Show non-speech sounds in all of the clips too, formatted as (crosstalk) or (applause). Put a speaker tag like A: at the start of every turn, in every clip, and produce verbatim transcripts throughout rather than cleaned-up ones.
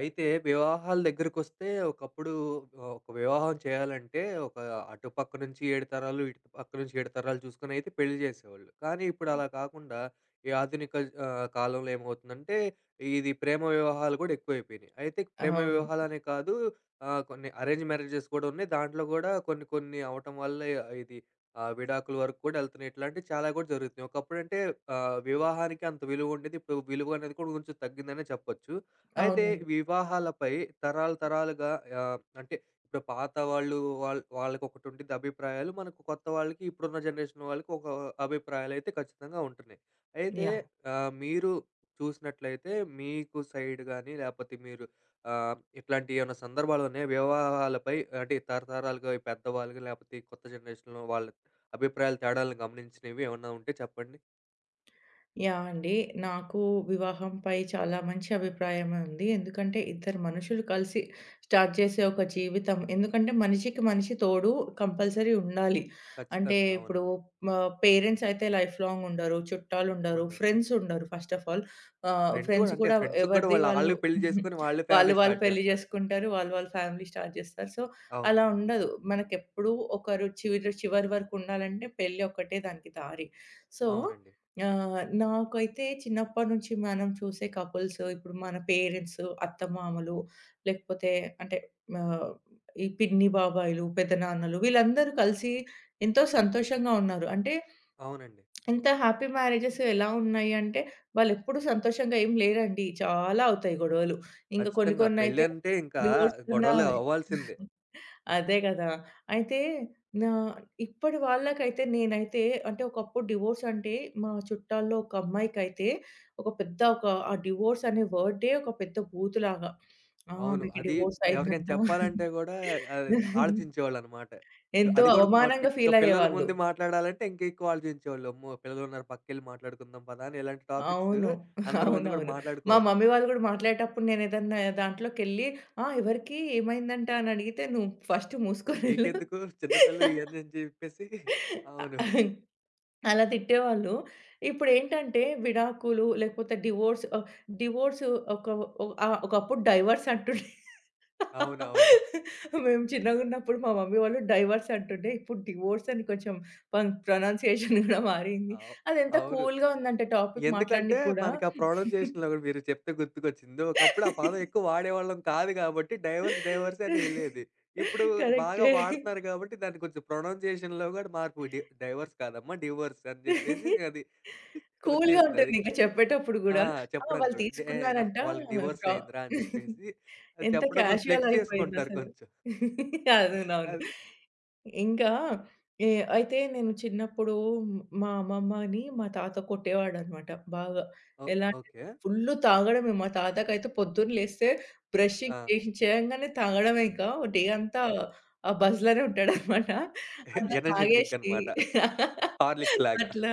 A: అయితే వివాహాల దగ్గరకొస్తే ఒకప్పుడు ఆహ్, ఒక వివాహం చేయాలంటే ఒక అటు పక్క నుంచి ఏడు తరాలు, ఇటు పక్క నుంచి ఏడు తరాలు చూసుకొని అయితే పెళ్లి చేసేవాళ్ళు. కానీ ఇప్పుడు అలా కాకుండా ఈ ఆధునిక ఆహ్, కాలంలో ఏమవుతుందంటే ఇది ప్రేమ వివాహాలు కూడా ఎక్కువైపోయినాయి. అయితే ప్రేమ
B: అవును.
A: వివాహాలనే కాదు ఆహ్, కొన్ని అరేంజ్ మ్యారేజెస్ కూడా ఉన్నాయి. దాంట్లో కూడా కొన్ని కొన్ని అవ్వటం వల్ల ఇది ఆహ్, విడాకుల వరకు కూడా ఎళ్తున్నాయి. ఇట్లాంటివి చాలా కూడా జరుగుతున్నాయి. ఒకప్పుడంటే ఆహ్, వివాహానికి అంత విలువ ఉండేది. ఇప్పుడు విలువ అనేది కూడా కొంచెం తగ్గిందనే చెప్పొచ్చు. అయితే
B: అవునండి.
A: వివాహాలపై తరాలు తరాలుగా ఆహ్, అంటే ఇప్పుడు పాత వాళ్ళు వాళ్ వాళ్ళకొకటి ఉండిద్ది అభిప్రాయాలు. మనకు కొత్త వాళ్ళకి ఇప్పుడున్న జనరేషన్ వాళ్ళకి ఒక అభిప్రాయాలైతే ఖచ్చితంగా ఉంటున్నాయి. అయితే
B: యాహ్!
A: ఆహ్, మీరు చూసినట్లయితే మీకు సైడ్ గాని లేపోతే మీరు ఆహ్, ఇట్లాంటి ఏమైనా సందర్భాలు ఉన్నాయా? వివాహాలపై అంటే తరతరాలుగా ఈ పెద్దవాళ్ళుగా లేపోతే ఈ కొత్త జనరేషన్‌లో వాళ్ళ అభిప్రాయాలు తేడాలను గమనించినవి ఏమన్నా ఉంటే చెప్పండి?
B: యాహ్! అండి. నాకు వివాహంపై చాలా మంచి అభిప్రాయమే ఉంది. ఎందుకంటే ఇద్దరు మనుషులు కలిసి స్టార్ట్ చేసే ఒక జీవితం. ఎందుకంటే మనిషికి మనిషి తోడు కంపల్సరీ ఉండాలి. అంటే
A: ఖచ్చితంగా.
B: ఇప్పుడు
A: అవునండి.
B: ఆహ్, పేరెంట్స్ అయితే లైఫ్ లాంగ్ ఉండరు. చుట్టాలుండరు.
A: ఉండరు.
B: ఫ్రెండ్స్ ఉండరు ఫస్ట్ ఆఫ్ ఆల్. ఆహ్,
A: ఫ్రెండ్స్ గూడా
B: ఫ్రెండ్స్
A: అంటే
B: కూడా
A: ఫ్రెండ్స్‌కి గూడా
B: ఎవరిది
A: వాళ్ళ
B: వాళ్ళు
A: ఆళ్ళే పెళ్లి
B: (laughs)
A: జేసుకొని వాళ్ళే
B: వాళ్ళు
A: ఫ్యామిలీ
B: వాళ్ళు
A: స్టార్ట్
B: పెళ్లి
A: జేస్తారు.
B: చేసుకుంటారు. వాళ్ళు వాళ్ళు ఫ్యామిలీ స్టార్ట్ చేస్తారు. సో,
A: అవును.
B: అలా ఉండదు. మనకెప్పుడూ ఒకరు చివరి చివరి వరకు ఉండాలంటే పెళ్లి ఒక్కటే దానికి దారి. సో
A: అవునండి.
B: ఆ! నాకైతే చిన్నప్పటి నుంచి మనం చూసే కపుల్స్ ఇప్పుడు మన పేరెంట్స్, అత్తమామలు లేకపోతే అంటే ఆహ్, ఈ పిన్ని బాబాయిలు, పెదనాన్నలు వీళ్ళందరూ కలిసి ఎంతో సంతోషంగా ఉన్నారు. అంటే
A: అవునండి.
B: ఎంత హ్యాపీ మ్యారేజెస్ ఎలా ఉన్నాయి అంటే వాళ్ళెప్పుడు సంతోషంగా ఏం లేరండి. చాలా అవుతాయి గొడవలు. ఇంకా కొన్ని
A: ఖచ్చితంగా
B: కొన్నైతే
A: పెళ్ళంటే ఇంకా
B: డివోర్స్ కన్నా
A: గొడవలు అవ్వాల్సిందే.
B: అదే గదా! అయితే నా ఇప్పటి వాళ్ళకైతే నేనైతే అంటే ఒకప్పుడు డివోర్స్ అంటే మా చుట్టాల్లో ఒక అమ్మాయికైతే ఒక పెద్ద ఒక ఆ డివోర్స్ అనే వర్డే ఒక పెద్ద బూతులాగా. ఆ!
A: అవును.
B: "మీకు
A: అది
B: డివోర్స్
A: ఎవరికైనా
B: అయిందంట."
A: చెప్పాలంటే గూడా అది ఆలోచించేవాళ్ళనమాట.
B: ఎంతో
A: అది గూడా మ
B: అవమానంగా
A: ఇంకా
B: ఫీల్
A: పిల్లల
B: అయ్యేవాళ్ళు.
A: ముందు మాట్లాడాలంటే ఇంకా ఎక్కువ ఆలోచించేవాళ్ళు. అమ్మో! పిల్లలున్నారు పక్కెళ్ళి మాట్లాడుకుందాం పదా! అని ఇలాంటి టాపిక్స్
B: అవును.
A: అందరి ముందు గూడా
B: అవునవును. మా
A: మాట్లాడుకోరు.
B: మమ్మీ వాళ్ళు గూడా మాట్లాడేటప్పుడు నేనేదన్నా దాంట్లోకెళ్ళి "ఆ! ఎవరికీ ఏమైందంట" అని అడిగితే "నువ్వు ఫస్ట్ మూసుకొనెళ్ళు."
A: నీకెందుకు చిన్న పిల్లవి ఇయన్నీ అని జెప్పేసి అవును.
B: అలా తిట్టేవాళ్ళు. ఇప్పుడేంటంటే విడాకులు లేకపోతే డివోర్స్ ఆహ్, డివోర్స్ ఒక ఒ ఆహ్, ఒకప్పుడు డైవర్స్ అంటుండే.
A: అవునవును.
B: మేము చిన్నగున్నప్పుడు మా మమ్మీ వాళ్ళు డైవర్స్ అంటుండే. ఇప్పుడు డివోర్స్ అని కొంచెం పం ప్రొనౌన్సియేషన్ గూడా మారింది.
A: అవు
B: అదెంత
A: అవును.
B: కూల్‌గా ఉందంటే టాపిక్
A: ఎందుకంటే,
B: మాట్లాడనీకి గూడా.
A: మనకి ఆ ప్రొనౌన్సియేషన్‌లో కూడా మీరు చెప్తే గుర్తుకొచ్చింది. ఒకప్పుడు ఆ పదం ఎక్కువ వాడేవాళ్ళం కాదు కాబట్టి, డైవర్స్, డైవర్స్ అని యెళ్ళేది. ఇప్పుడు బాగా
B: కరెక్టే.
A: వాడుతున్నారు కాబట్టి, దాన్ని కొంచెం ప్రొనౌన్సియేషన్‌లో కూడా మార్పు డి డైవర్స్ కాదమ్మా, డివోర్స్ అని జెప్పేసి అది
B: కూల్‌గా
A: వచ్చేసింది
B: ఉంటుంది.
A: అది.
B: ఇంక చెప్పేటప్పుడు
A: ఆ!
B: గూడా. ఆ!
A: చెప్పడానికి
B: వాళ్ళు
A: గూడా. డే నా
B: తీసుకున్నారంట
A: వాళ్ళకి డివోర్స్
B: ప్ర
A: అయిందిరా అని జెప్పేసి, అది
B: ఎంత
A: చెప్పడం కూడా
B: క్యాజువల్
A: ఫ్లెక్స్ చేసుకుంటున్నారు
B: అయిపోయిందసలు.
A: కొంచెం.
B: (laughs) అవునవును.
A: అది
B: ఇంకా ఏ అయితే నేను చిన్నప్పుడు మ్- మా అమ్మమ్మని మా తాత కొట్టేవాడనమాట బాగా.
A: ఓ
B: ఎలా అంటే
A: ఓకే.
B: ఫుల్లు తాగడమే. మా తాతకైతే అయితే పొద్దున్న లేస్తే
A: ఆ!
B: బ్రషింగ్ చేసి చేయంగానే తాగడమే ఇక. డే అంతా
A: ఓహ్!
B: ఆ బజ్‌లోనే ఉంటాడనమాట. అంత
A: ఎనర్జీ డ్రింక్
B: తాగేసి
A: అనమాట.
B: (laughs)
A: హార్లిక్స్ లాగా.
B: అట్లా.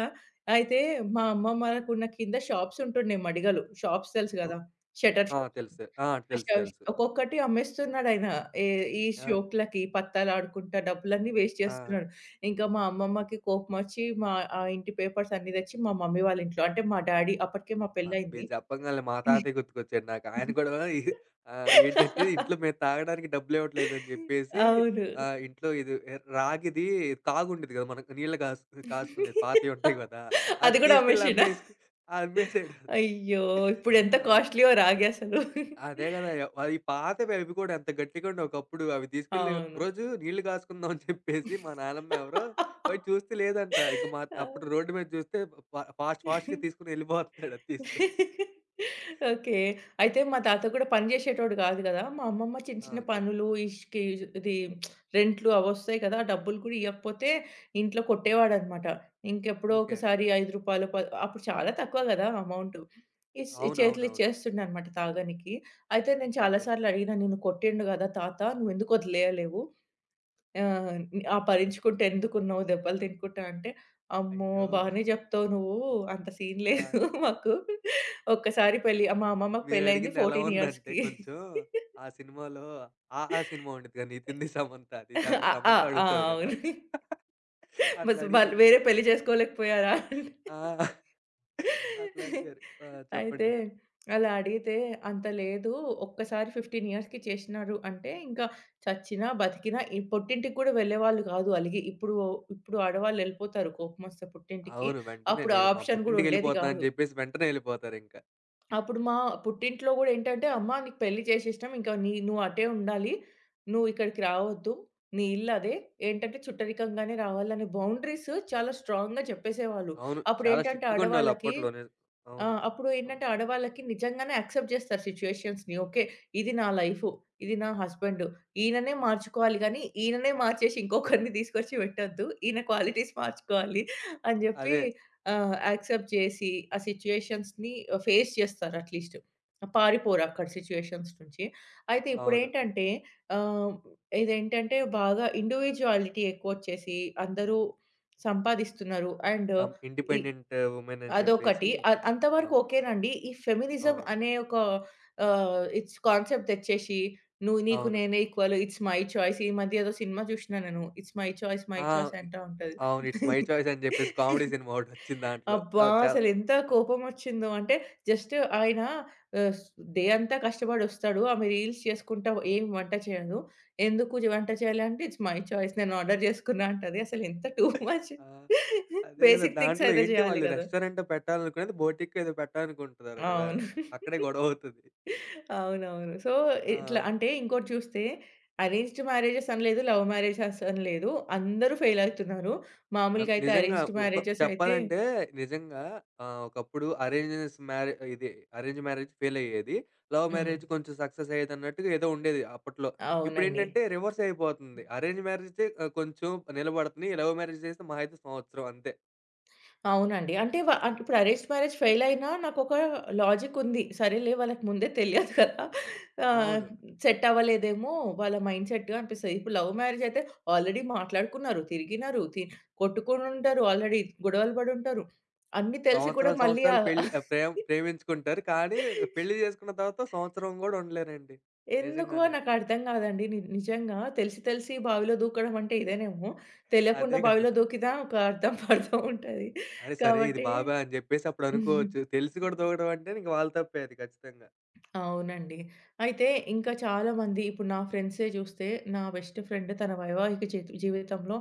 B: అయితే మా అమ్మమ్మ వాళ్ళకున్న కింద షాప్స్ ఉంటుండే మడిగలు. షాప్స్ తెలుసు
A: ఓహ్!
B: గదా! షట్టర్
A: ఆ!
B: షాప్స్.
A: తెలుసు. ఆ!
B: ఆ!
A: తెలుసు.
B: షోస్
A: తెలుసు.
B: ఒక్కొక్కటి అమ్మేస్తున్నాడాయన. ఏ ఈ
A: ఆ!
B: షోకులకి పత్తాలాడుకుంటా డబ్బులన్నీ వేస్ట్
A: ఆ!
B: చేస్తున్నాడు. ఇంకా మా అమ్మమ్మకి కోపమొచ్చి మా ఆ ఇంటి పేపర్స్ అన్నీ తెచ్చి మా మమ్మీ వాళ్ళ ఇంట్లో అంటే మా డ్యాడీ అప్పటికే మా
A: అబ్బా! మీరు
B: పెళ్లయింది.
A: చెప్పంగాల్నే మా తాతయ్య గుర్తుకొచ్చాడు నాకు. ఆయన కూడా ఈ ఆహ్, ఏంటంటే ఇంట్లో మేము తాగడానికి డబ్బులివ్వట్లేదని జెప్పేసి
B: అవును.
A: ఆహ్, ఇంట్లో ఇది రాగిది తాగుండేది గదా! మనకు నీళ్ళు కాస్ కాసుకునేది పాతయి ఉంటాయి గదా! అది
B: అది గూడా
A: తీసుకెళ్ళి
B: అమ్మేషిండా?
A: అమ్మేసుకు అమ్మేసాడు అది.
B: అయ్యో! ఇప్పుడెంత
A: ఆ!
B: కాస్ట్‌లీయో రాగి అసలు.
A: అదే గదా! అవి పాతవి అవి గూడా ఎంత గట్టిగా ఉండేవి ఒకప్పుడు. అవి తీసుకెళ్ళి
B: అవును.
A: ఒకరోజు నీళ్ళు కాసుకుందాం అని చెప్పేసి మా నానమ్మ ఎవరో పోయి చూస్తే లేదంట. ఇంక మా అప్పుడు
B: అవును.
A: రోడ్డు మీద చూస్తే ఫ ఫాస్ట్ ఫాస్ట్‌గా తీసుకొని ఎళ్ళిపోతున్నాడు అది తీసుకొని.
B: ఓకే. అయితే మా తాత కూడా పని జేషేటోడు గాదు గదా! మా అమ్మమ్మ చిన్న
A: ఆ!
B: చిన్న
A: ఓకే.
B: పనులు ఇష్‌కి ఇది రెంట్లు అవొస్తాయి కదా! ఆ డబ్బులు కూడా ఇయ్యకపోతే ఇంట్లో కొట్టేవాడనమాట. ఇంకెప్పుడో
A: ఓకే.
B: ఒకసారి రూ. ఐదు ప అప్పుడు చాలా తక్కువ గదా! అమౌంటు. ఇస్ చేతులో
A: అవునవునవును.
B: ఇచ్చేస్తుండనమాట తాగనీకి. అయితే నేను చాలా
A: ఓకే.
B: సార్లు అడిగినా, "నిన్ను కొట్టిండు గదా తాత, నువ్వెందుకు వదిలేయలేవు?" ఆ! అపహరించుకుంటే ఎందుకున్నావు దెబ్బలు తినుకుంటా అంటే, "అమ్మో!
A: అయ్యో!
B: బానే జెప్తావు నువ్వు అంత సీన్
A: ఆ!
B: లేదు (laughs) మాకు. ఒక్కసారి పెళ్లి" మా అమ్మమ్మకి పెళ్లయింది
A: మీరడిగింది ఎలా
B: పద్నాలుగు
A: ఉందంటే
B: ఇయర్స్‌కి.
A: కొంచెం ఆ సినిమాలో 'ఆహా' సినిమా ఉండిద్దిగా
B: (laughs)
A: 'నితిన్‌ది
B: అ!
A: సమంతది' దాంట్లో
B: ఆ! ఆ!
A: సమంత
B: (laughs)
A: అడుగుతది గదా!
B: అవును.
A: అట్లా
B: బస్ వాళ్ళు
A: అడిగినట్టు
B: వేరే పెళ్లి చేసుకోలేకపోయారా?
A: ఆ! అట్లా అడిగారు. ఆ!
B: అంటే అయితే
A: చెప్పండి.
B: అలా అడిగితే, "అంత లేదు. ఒక్కసారి పదిహేను ఇయర్స్‌కి చేసినారు అంటే, ఇంకా చచ్చినా, బతికినా ఈ పుట్టింటికి కూడా వెళ్ళేవాళ్ళు కాదు అలిగి. ఇప్పుడు ఇప్పుడు ఆడవాళ్ళెళ్ళిపోతారు కోపమొస్తే పుట్టింటికి.
A: అవును. వెంటనే
B: అప్పుడు ఆ
A: నేను మా
B: ఆప్షన్ గూడా ఉండేది
A: పుట్టింటికెళ్ళిపోతున్నా అని
B: గాదు."
A: జెప్పేసి వెంటనే ఎళ్ళిపోతారింక.
B: అప్పుడు మా పుట్టింట్లో గూడా ఏంటంటే, "అమ్మ నీకు పెళ్లి చేసేసినాం. ఇంకా నీ నువ్వు అటే ఉండాలి. నువ్వు ఇక్కడికి రావద్దు. నీ ఇల్లు అదే. ఏంటంటే చుట్టరికంగానే రావాలి" అనే బౌండరీస్ చాలా స్ట్రాంగ్‌గా చెప్పేసేవాళ్ళు.
A: అవును. చాలా
B: అప్పుడేంటంటే
A: స్ట్రిక్ట్‌గా ఉండేవాళ్ళు
B: ఆడవాళ్ళకి
A: అప్పట్లోనే.
B: ఆ!
A: అవును.
B: అప్పుడు ఏంటంటే ఆడవాళ్ళకి నిజంగానే యాక్సెప్ట్ జేస్తారు సిట్యుయేషన్స్‌ని. ఓకే. ఇది నా లైఫు. ఇది నా హస్బెండు. ఈయననే మార్చుకోవాలి గానీ, ఈయననే మార్చేసి ఇంకొకరిని తీసుకొచ్చి పెట్టొద్దు. ఈయన క్వాలిటీస్ మార్చుకోవాలి అని జెప్పి
A: అదే.
B: ఆహ్, యాక్సెప్ట్ చేసి ఆ సిట్యుయేషన్స్‌ని ఫేస్ చేస్తారు అట్‌లీస్ట్. పారిపోరు అక్కడ సిట్యుయేషన్స్ నుంచి. అయితే
A: అవును.
B: ఇప్పుడేంటంటే ఆహ్, ఇదేంటంటే బాగా ఇండివిడ్యుయాలిటీ ఎక్కువొచ్చేసి అందరూ సంపాదిస్తున్నారు. అండ్
A: సం
B: ఈ
A: ఇండిపెండెంట్ వుమెన్ అని జెప్పేసి
B: అదొకటి. అద్ అంతవరకు
A: అవును.
B: ఓకేనండి. ఈ ఫెమినిజం
A: అవును.
B: అనే ఒక ఆహ్, ఇట్స్ కాన్సెప్ట్ తెచ్చేసి, నువ్వు నీకు
A: అవును.
B: నేనే ఈక్వల్, ఇట్స్ మై చాయిస్. ఈ మధ్య ఏదో సినిమా చూషినా నేను. ఇట్స్ మై చాయిస్, మై
A: ఆ!
B: చాయిస్
A: ఇ
B: అంటా ఉంటది.
A: అవును. 'ఇట్స్ మై చాయిస్' అని జెప్పేసి కామెడీ సినిమా ఒకటొచ్చింది దాంట్లో.
B: అబ్బా!
A: అది చాలా
B: అసలెంత
A: అవ్
B: కోపమొచ్చిందో. అంటే జస్ట్ ఆయన ఆహ్, స్ డే అంతా కష్టపడొస్తాడు. ఆమె రీల్స్ చేసుకుంటా ఏం వంట చేయదు. ఎందుకు జ వంట చేయాలి అంటే, ఇట్స్ మై చాయిస్ నేను ఆర్డర్ చేసుకున్నా అంటది. అసలెంత టూ మచ్.
A: ఆ! అదే గదా!
B: బేసిక్ థింగ్స్
A: దాంట్లో
B: అయితే
A: ఏంటి
B: చేయాలి
A: వాళ్ళు
B: కదా!
A: రెస్టారెంట్ పెట్టాలనుకునేది బోటిక్కో ఏదో పెట్టాలనుకుంటున్నారు గదా!
B: అవును.
A: అక్కడే గొడవవుతది.
B: అవునవును. సో,
A: ఆ!
B: ఇట్లా అంటే ఇంకోటి చూస్తే అరేంజ్డ్ మ్యారేజెస్ అని లేదు, లవ్ మ్యారేజెస్ అని లేదు. అందరూ ఫెయిల్ అవుతున్నారు.
A: అన్
B: మామూలుగా అయితే
A: నిజంగా
B: అరేంజ్డ్
A: ఒక
B: మ్యారేజెస్ అయితే
A: చెప్పాలంటే నిజంగా ఆహ్, ఒకప్పుడు అరేంజెస్ మ్యారే ఇది అరేంజ్ మ్యారేజ్ ఫెయిలయ్యేది. లవ్
B: హ్మ్.
A: మ్యారేజ్ కొంచెం సక్సెస్ అయ్యేదన్నట్టుగా ఏదో ఉండేది అప్పట్లో.
B: అవునండి.
A: ఇప్పుడేంటంటే రివర్స్ అయిపోతుంది. అరేంజ్ మ్యారేజే ఆహ్, కొంచెం నిలబడుతుంది. లవ్ మ్యారేజ్ చేస్తే మహా అయితే సంవత్సరం అంతే.
B: అవునండి. అంటే వ అంటే ఇప్పుడు అరేంజ్డ్ మ్యారేజ్ ఫెయిల్ అయినా నాకొక లాజిక్ ఉంది. సరేలే వాళ్ళకి ముందే తెలియదు కదా! ఆహ్,
A: అవును.
B: సెట్ అవ్వలేదేమో వాళ్ళ మైండ్ సెట్ అనిపిస్తది. ఇప్పుడు లవ్ మ్యారేజ్ అయితే ఆల్రెడీ మాట్లాడుకున్నారు, తిరిగినారు, తి కొట్టుకొని ఉంటారు ఆల్రెడీ, గొడవలు పడుంటారు. అన్నీ తెలిసి కూడా
A: సంవత్సరాలు,
B: మళ్ళీ
A: సంవత్సరాలు
B: ఆహ్,
A: పెళ్లి ఆహ్, ప్రేమ్ ప్రేమించుకుంటారు. కానీ పెళ్లి
B: (laughs)
A: చేసుకున్న తర్వాత సంవత్సరం గూడా ఉండలేరండి.
B: ఎందుకో
A: నిజంగానే.
B: నాకర్థం కాదండి. ని నిజంగా తెలిసి తెలిసి బావిలో దూకడం అంటే ఇదేనేమో!
A: అదే
B: తెలియకుండా
A: గదా!
B: బావిలో దూకినా ఒక అర్థం (laughs) పర్థం ఉంటది.
A: అరే సరే ఇది
B: కాబట్టి
A: బాబాయ్ అని జెప్పేసి అప్పుడు అనుకోవచ్చు. తెలిసి గూడా తోగడం అంటే ఇంక వాళ్ళ తప్పే అది ఖచ్చితంగా.
B: అవునండి. అయితే ఇంకా చాలామంది ఇప్పుడు నా ఫ్రెండ్సే చూస్తే నా బెస్ట్ ఫ్రెండ్ తన వైవాహిక జీత్ జీవితంలో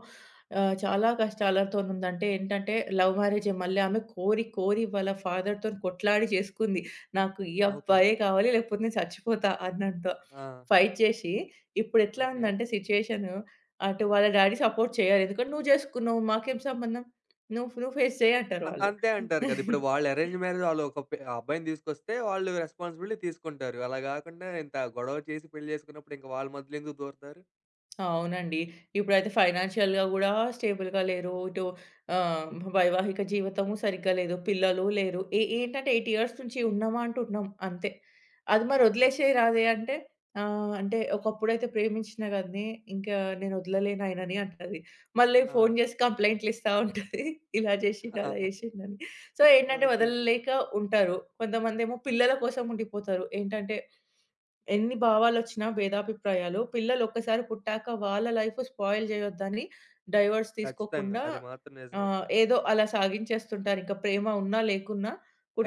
B: ఆహ్, చాలా కష్టాలతోనుందంటే ఏంటంటే లవ్ మ్యారేజే మళ్ళీ ఆమె కోరి కోరి వాళ్ళ ఫాదర్‌తోని కొట్లాడి చేసుకుంది. నాకు ఈ
A: ఓకే.
B: అబ్బాయే కావాలి లేకపోతే నేను చచ్చిపోతా అన్నంత
A: ఆ!
B: ఫైట్ చేసి ఇప్పుడెట్లా
A: ఓకే.
B: ఉందంటే సిట్యుయేషను అటు వాళ్ళ డ్యాడీ సపోర్ట్ చేయరు. ఎందుకంటే "నువ్వు చేసుకున్నావు మాకేం సంబంధం? నువ్వు నువ్వు ఫేస్ చెయి" అంటారు
A: అ
B: వాళ్ళు.
A: అంతే అంటారు గదా! ఇప్పుడు వాళ్ళు అరేంజ్ మ్యారేజ్ వాళ్ళు ఒక పె ఆ అబ్బాయిని తీసుకొస్తే వాళ్ళు రెస్పాన్సిబిలిటీ తీసుకుంటారు. అలా గాకుండా ఇంత గొడవ చేసి పెళ్లి చేసుకున్నప్పుడు ఇంక వాళ్ళ మధ్యలో ఎందుకు దూరతారు?
B: అవునండి. ఇప్పుడైతే ఫైనాన్షియల్‌గా గూడా స్టేబుల్‌గా లేరు. ఇటు ఆహ్, వైవాహిక జీవితము సరిగ్గా లేదు. పిల్లలు లేరు. ఏ ఏంటంటే ఎనిమిది ఇయర్స్ నుంచి ఉన్నామా అంటే ఉన్నాం అంతే. అది మరి
A: ఓకే.
B: వదిలేసేయి రాదే అంటే, ఆహ్, అంటే ఒకప్పుడైతే ప్రేమించిన గాడిని ఇంకా నేను వదలలేను ఆయనని అంటది. మళ్ళీ
A: ఆ!
B: ఫోను జేసి కంప్లెయింట్లు ఇస్తా ఉంటది. ఇలా జేసిండు,
A: ఆ!
B: అలా జేసిండని. సో, ఏంటంటే
A: ఓకే.
B: వదలలేక ఉంటారు. కొంతమందేమో పిల్లల కోసం ఉండిపోతారు. ఏంటంటే ఎన్ని భావాలొచ్చినా, భేదాభిప్రాయాలు పిల్లలొక్కసారి పుట్టాక వాళ్ళ లైఫ్ స్పాయిల్ జేయొద్దని డైవర్స్
A: ఖచ్చితంగా.
B: తీసుకోకుండా
A: అది మాత్రం నిజమే.
B: ఆహ్, ఏదో అలా సాగించేస్తుంటారింక ప్రేమ ఉన్నా, లేకున్నా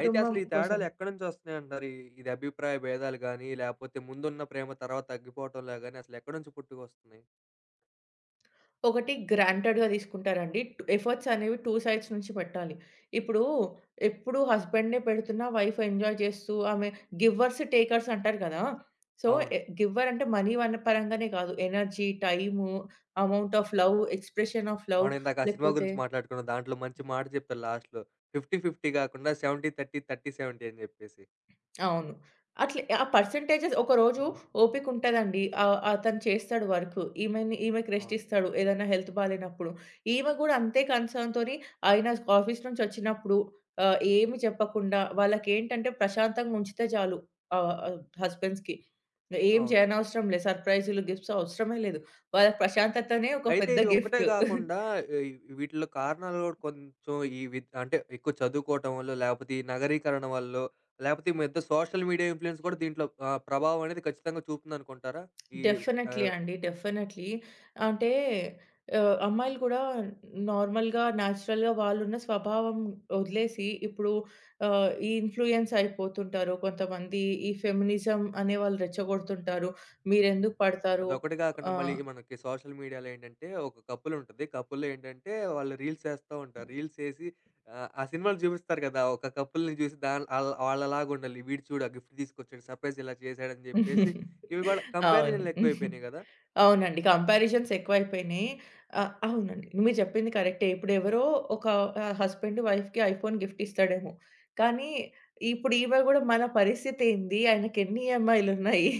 A: అయితే అసలు ఈ
B: కోసం.
A: తేడాలు ఎక్కడి నుంచి వస్తున్నాయంటారు? ఈ ఇది అభిప్రాయ భేదాలు గాని, లేపోతే ముందున్న ప్రేమ తర్వాత తగ్గిపోవటంలా గాని అసలు ఎక్కడి నుంచి పుట్టుకొస్తున్నాయి?
B: ఒకటి గ్రాంటెడ్‌గా తీసుకుంటారండి. ట్ ఎఫర్ట్స్ అనేవి రెండు సైడ్స్ నుంచి పెట్టాలి. ఇప్పుడు ఎప్పుడు హస్బెండే పెడుతున్నా వైఫ్ ఎంజాయ్ చేస్తూ ఆమె గివర్స్, టేకర్స్ అంటారు కదా! సో,
A: అవును.
B: ఎ గివ్వర్ అంటే మనీ వన్ పరంగానే కాదు. Energy, time, amount of love, expression of love
A: మనం ఇందాక ఆ సినిమా
B: లేకపోతే
A: గురించి మాట్లాడుకున్నాం. దాంట్లో మంచి మాట చెప్తారు లాస్ట్‌లో. యాభై, యాభై కాకుండా డెబ్భై, ముప్పై, ముప్పై, డెబ్భై అని చెప్పేసి.
B: అవును. అట్లే ఆ పర్సెంటేజెస్ ఒకరోజు ఓపికుంటదండి. ఆహ్, అతను చేస్తాడు వర్క్. ఈమెని ఈమెకి రెస్ట్
A: అవును.
B: ఇస్తాడు ఏదైనా హెల్త్ బాలేనప్పుడు. ఈమె గూడా అంతే కన్సర్న్‌తోని ఆయన ఆఫీస్ నుంచి వచ్చినప్పుడు ఆహ్, ఏమి చెప్పకుండా వాళ్ళకేంటంటే ప్రశాంతంగా ఉంచితే చాలు ఆహ్, ఆహ్, హస్బెండ్స్‌కి. ఏం
A: అవును.
B: చేయనవసరం లేదు. సర్ప్రైజులు, గిఫ్ట్స్ అవసరమే లేదు. వాళ్ళకి ప్రశాంతతనే ఒక
A: అయితే
B: పెద్ద
A: ఇవి ఒక్కటే
B: గిఫ్ట్.
A: కాకుండా ఆహ్, వీటిలో కారణాలు కూడా కొంచెం ఈ వి అంటే ఎక్కువ చదువుకోవటం వల్లో, లేపోతే ఈ నగరీకరణ వల్లో, లేపోతే ఈ మధ్య సోషల్ మీడియా ఇన్‌ఫ్లుయెన్స్ కూడా దీంట్లో ఆహ్, ప్రభావం అనేది ఖచ్చితంగా చూపుతుందనుకుంటారా? ఈ
B: డెఫినెట్లీ
A: ఆహ్
B: అండి. డెఫినెట్లీ. అంటే ఆహ్, అమ్మాయిలు గూడా నార్మల్‌గా, నేచురల్‌గా వాళ్ళున్న స్వభావం వదిలేసి ఇప్పుడు ఆహ్, ఈ ఇన్‌ఫ్లూయెన్స్ అయిపోతుంటారు. కొంతమంది ఈ ఫెమినిజం అనే వాళ్ళు రెచ్చగొడుతుంటారు.
A: హ్మ్.
B: మీరెందుకు పడతారు?
A: అదొకటి కాకుండా
B: ఆ!
A: మళ్ళీ మనకి సోషల్ మీడియాలో ఏంటంటే ఒక కపుల్ ఉంటది. కపుల్ ఏంటంటే వాళ్ళు రీల్స్ చేస్తా ఉంటారు. రీల్స్ చేసి ఆహ్, ఆ సినిమాలో చూపిస్తారు కదా! ఒక కపుల్‌ని చూసి దాన్ ఆళ్ వాళ్ళలాగా ఉండాలి. వీడు చూడు ఆ గిఫ్ట్ తీసుకొచ్చాడు. సర్ప్రైజ్ ఇలా చేశాడని చెప్పేసి ఇవి కూడా
B: అవును.
A: కంపారిజన్‌లు ఎక్కువైపోయినాయి కదా!
B: అవునండి. కంపారిజన్స్ ఎక్కువైపోయినాయి. ఆహ్, అవునండి. మీరు చెప్పింది కరెక్టే. ఇప్పుడెవరో ఒక ఆహ్, హస్బెండ్ వైఫ్‌కి ఐఫోన్ గిఫ్ట్ ఇస్తాడేమో. కానీ ఇప్పుడు ఈమె గూడా మన పరిస్థితేంది? ఆయనకెన్ని ఈఎంఐలున్నాయి?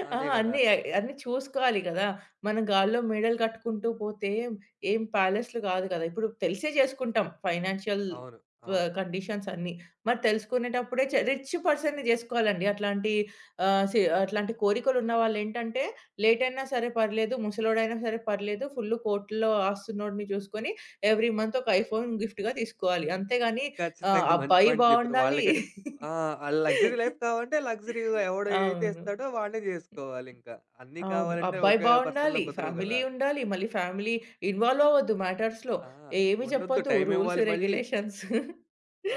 A: ఆ,
B: ఆ!
A: అదే కదా!
B: అన్నీ అన్నీ చూసుకోవాలి గదా! మనం గాల్లో మేడలు కట్టుకుంటూ పోతే ఏం ప్యాలెస్‌లు గాదు గదా! ఇప్పుడు తెలిసే చేసుకుంటాం ఫైనాన్షియల్
A: అవును.
B: ఆహ్,
A: అవును.
B: కండిషన్స్ అన్నీ. మరి తెలుసుకునేటప్పుడే చ రిచ్ పర్సన్‌ని జేసుకోవాలండి. అట్లాంటి ఆహ్, సి అట్లాంటి కోరికలున్న వాళ్ళేంటంటే, లేట్ అయినా సరే పర్లేదు, ముసలోడైనా సరే పర్లేదు, ఫుల్ కోట్లలో ఆస్తున్నోడిని చూసుకొని ఎవ్రీ మంత్ ఒక ఐఫోన్ గిఫ్ట్‌గా తీసుకోవాలి. అంతేగాని ఆహ్,
A: ఖచ్చితంగా మంచి
B: అబ్బాయి
A: పాయింట్ చెప్పారు.
B: బావుండాలి.
A: వాళ్ళకి ఆ! లగ్జరీ లైఫ్ కావాలంటే లగ్జరీ ఎవడైతే
B: అవును.
A: ఇస్తాడో వాడే చేసుకోవాలింకా. అన్నీ
B: అవును.
A: కావాలంటే
B: అబ్బాయి
A: ఒకే పర్సన్‌లో
B: బావుండాలి,
A: కుదరవు
B: ఫ్యామిలీ
A: కదా!
B: ఉండాలి. మళ్ళీ ఫ్యామిలీ ఇన్వాల్వ్ అవ్వద్దు మ్యాటర్స్‌లో.
A: ఆ!
B: ఏమి
A: ఉండొద్దు.
B: చెప్పొద్దు.
A: టైం
B: రూల్స్,
A: ఇవ్వాలి మళ్ళీ.
B: రెగ్యులేషన్స్.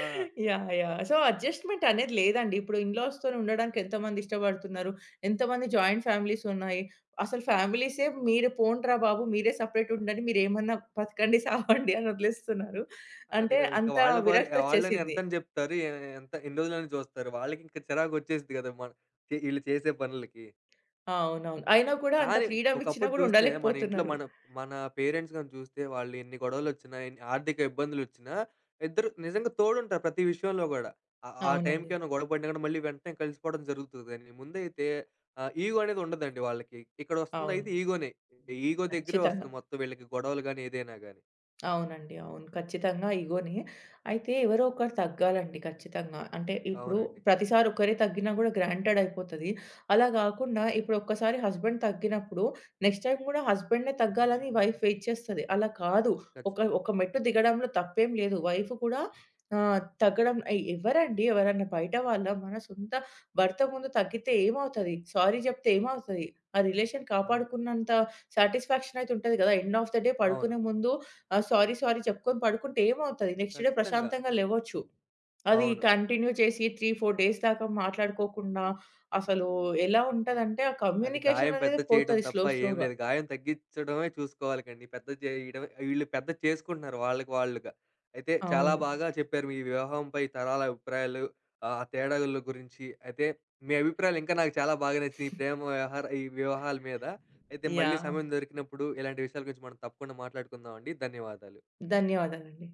A: ఆ!
B: యాహ్! యాహ్! సో, అడ్జస్ట్‌మెంట్ అనేది లేదండి. ఇప్పుడు ఇన్‌లాస్‌తోని ఉండడానికి ఎంతమంది ఇష్టపడుతున్నారు? ఎంతమంది జాయింట్ ఫ్యామిలీస్ ఉన్నాయి? అసలు ఫ్యామిలీసే మీరు పోండ్రా బాబు! మీరే సెపరేట్ ఉండండి. మీరేమన్నా బతకండి, సావండి అని వదిలేస్తున్నారు.
A: అదే
B: అంటే
A: గదా! ఇంక
B: అంత
A: వాళ్ళ వారు
B: విరక్తి
A: వాళ్ళని
B: వచ్చేసింది.
A: ఎంతని జెప్తారు? ఎ ఎంత ఎన్ని రోజులని జూస్తారు? వాళ్ళకింక చిరాకొచ్చేసిద్ది గదా! మన చే ఈళ్ళు చేసే పనులకి.
B: అవునవును. అయినా కూడా అంత
A: కానీ
B: ఫ్రీడమ్ ఇచ్చినా
A: ఒకప్పుడు
B: కూడా
A: చూస్తే మన ఇంట్లో
B: ఉండలేకపోతున్నారు.
A: మన మన పేరెంట్స్ గాని చూస్తే వాళ్ళు ఎన్ని గొడవలొచ్చినా, ఎన్ని ఆర్థిక ఇబ్బందులొచ్చినా ఇద్దరు నిజంగా తోడుంటారు ప్రతి విషయంలో గూడా. ఆ ఆ టైంకి
B: అవునండి.
A: ఏమైనా గొడవ పడినా గూడా మళ్ళీ వెంటనే కలిసిపోవడం జరుగుతది గానీ, ముందైతే ఆహ్, ఈగో అనేది ఉండదండి వాళ్ళకి. ఇక్కడొస్తుందయితే
B: అవును.
A: ఈగోనే. ఈగో దగ్గరే
B: ఖచ్చితంగా.
A: వస్తది మొత్తం వీళ్ళకి గొడవలు గాని, ఏదైనా గాని.
B: అవునండి. అవును. ఖచ్చితంగా ఇగోనే. అయితే ఎవరో ఒకరు తగ్గాలండి ఖచ్చితంగా. అంటే ఇప్పుడు
A: అవునండి.
B: ప్రతిసారి ఒకరే తగ్గినా గూడా గ్రాంటెడ్ అయిపోతది. అలా గాకుండా ఇప్పుడు ఒక్కసారి హస్బెండ్ తగ్గినప్పుడు నెక్స్ట్ టైమ్ గూడా హస్బెండే తగ్గాలని వైఫ్ వెయిట్ చేస్తది. అలా కాదు. ఒక
A: ఖచ్చితంగా.
B: ఒక మెట్టు దిగడంలో తప్పేం లేదు. వైఫ్ కూడా ఆహ్, తగ్గడం ఎ ఎవరండి ఎవరన్నా బయట వాళ్ళా? మన సొంత భర్త ముందు తగ్గితే ఏమవుతది? సారీ జెప్తే ఏమవుతది? ఆ రిలేషన్
A: అవును.
B: కాపాడుకున్నంత సాటిస్ఫాక్షన్ అయితే ఉంటది గదా! ఎండ్ ఆఫ్ ద డే
A: అవును.
B: పడుకునే ముందు ఆ! సారీ, సారీ చెప్పుకొని పడుకుంటే ఏమవుతది? నెక్స్ట్ డే
A: ఖచ్చితంగా.
B: ప్రశాంతంగా లెవ్వచ్చు. అది
A: అవును.
B: కంటిన్యూ చేసి మూడు, నాలుగు డేస్ దాకా మాట్లాడుకోకుండా అసలు ఎలా ఉంటదంటే ఆ
A: అది గాయం
B: కమ్యూనికేషన్
A: పెద్ద
B: అనేది
A: చేయడం
B: పోతది
A: తప్ప
B: స్లో
A: ఏం
B: స్లోగా.
A: లేదు. గాయం తగ్గిచ్చడమే చూసుకోవాలి కండి. పెద్ద చేయడం ఈళ్ళు పెద్ద చేసుకుంటున్నారు వాళ్ళకి వాళ్ళుగా. అయితే చాలా
B: అవును.
A: బాగా చెప్పారు మీ వివాహంపై తరాల అభిప్రాయాలు, ఆహ్, తేడాల గురించి. అయితే మీ అభిప్రాయాలు ఇంకా నాకు చాలా బాగా నచ్చాయి. ఈ ప్రేమ వ్యవహార ఈ వివాహాల మీద. అయితే మళ్ళీ
B: యాహ్!
A: సమయం దొరికినప్పుడు ఇలాంటి విషయాల గురించి మనం తప్పకుండా మాట్లాడుకుందాం అండి. ధన్యవాదాలు.
B: ధన్యవాదాలండి.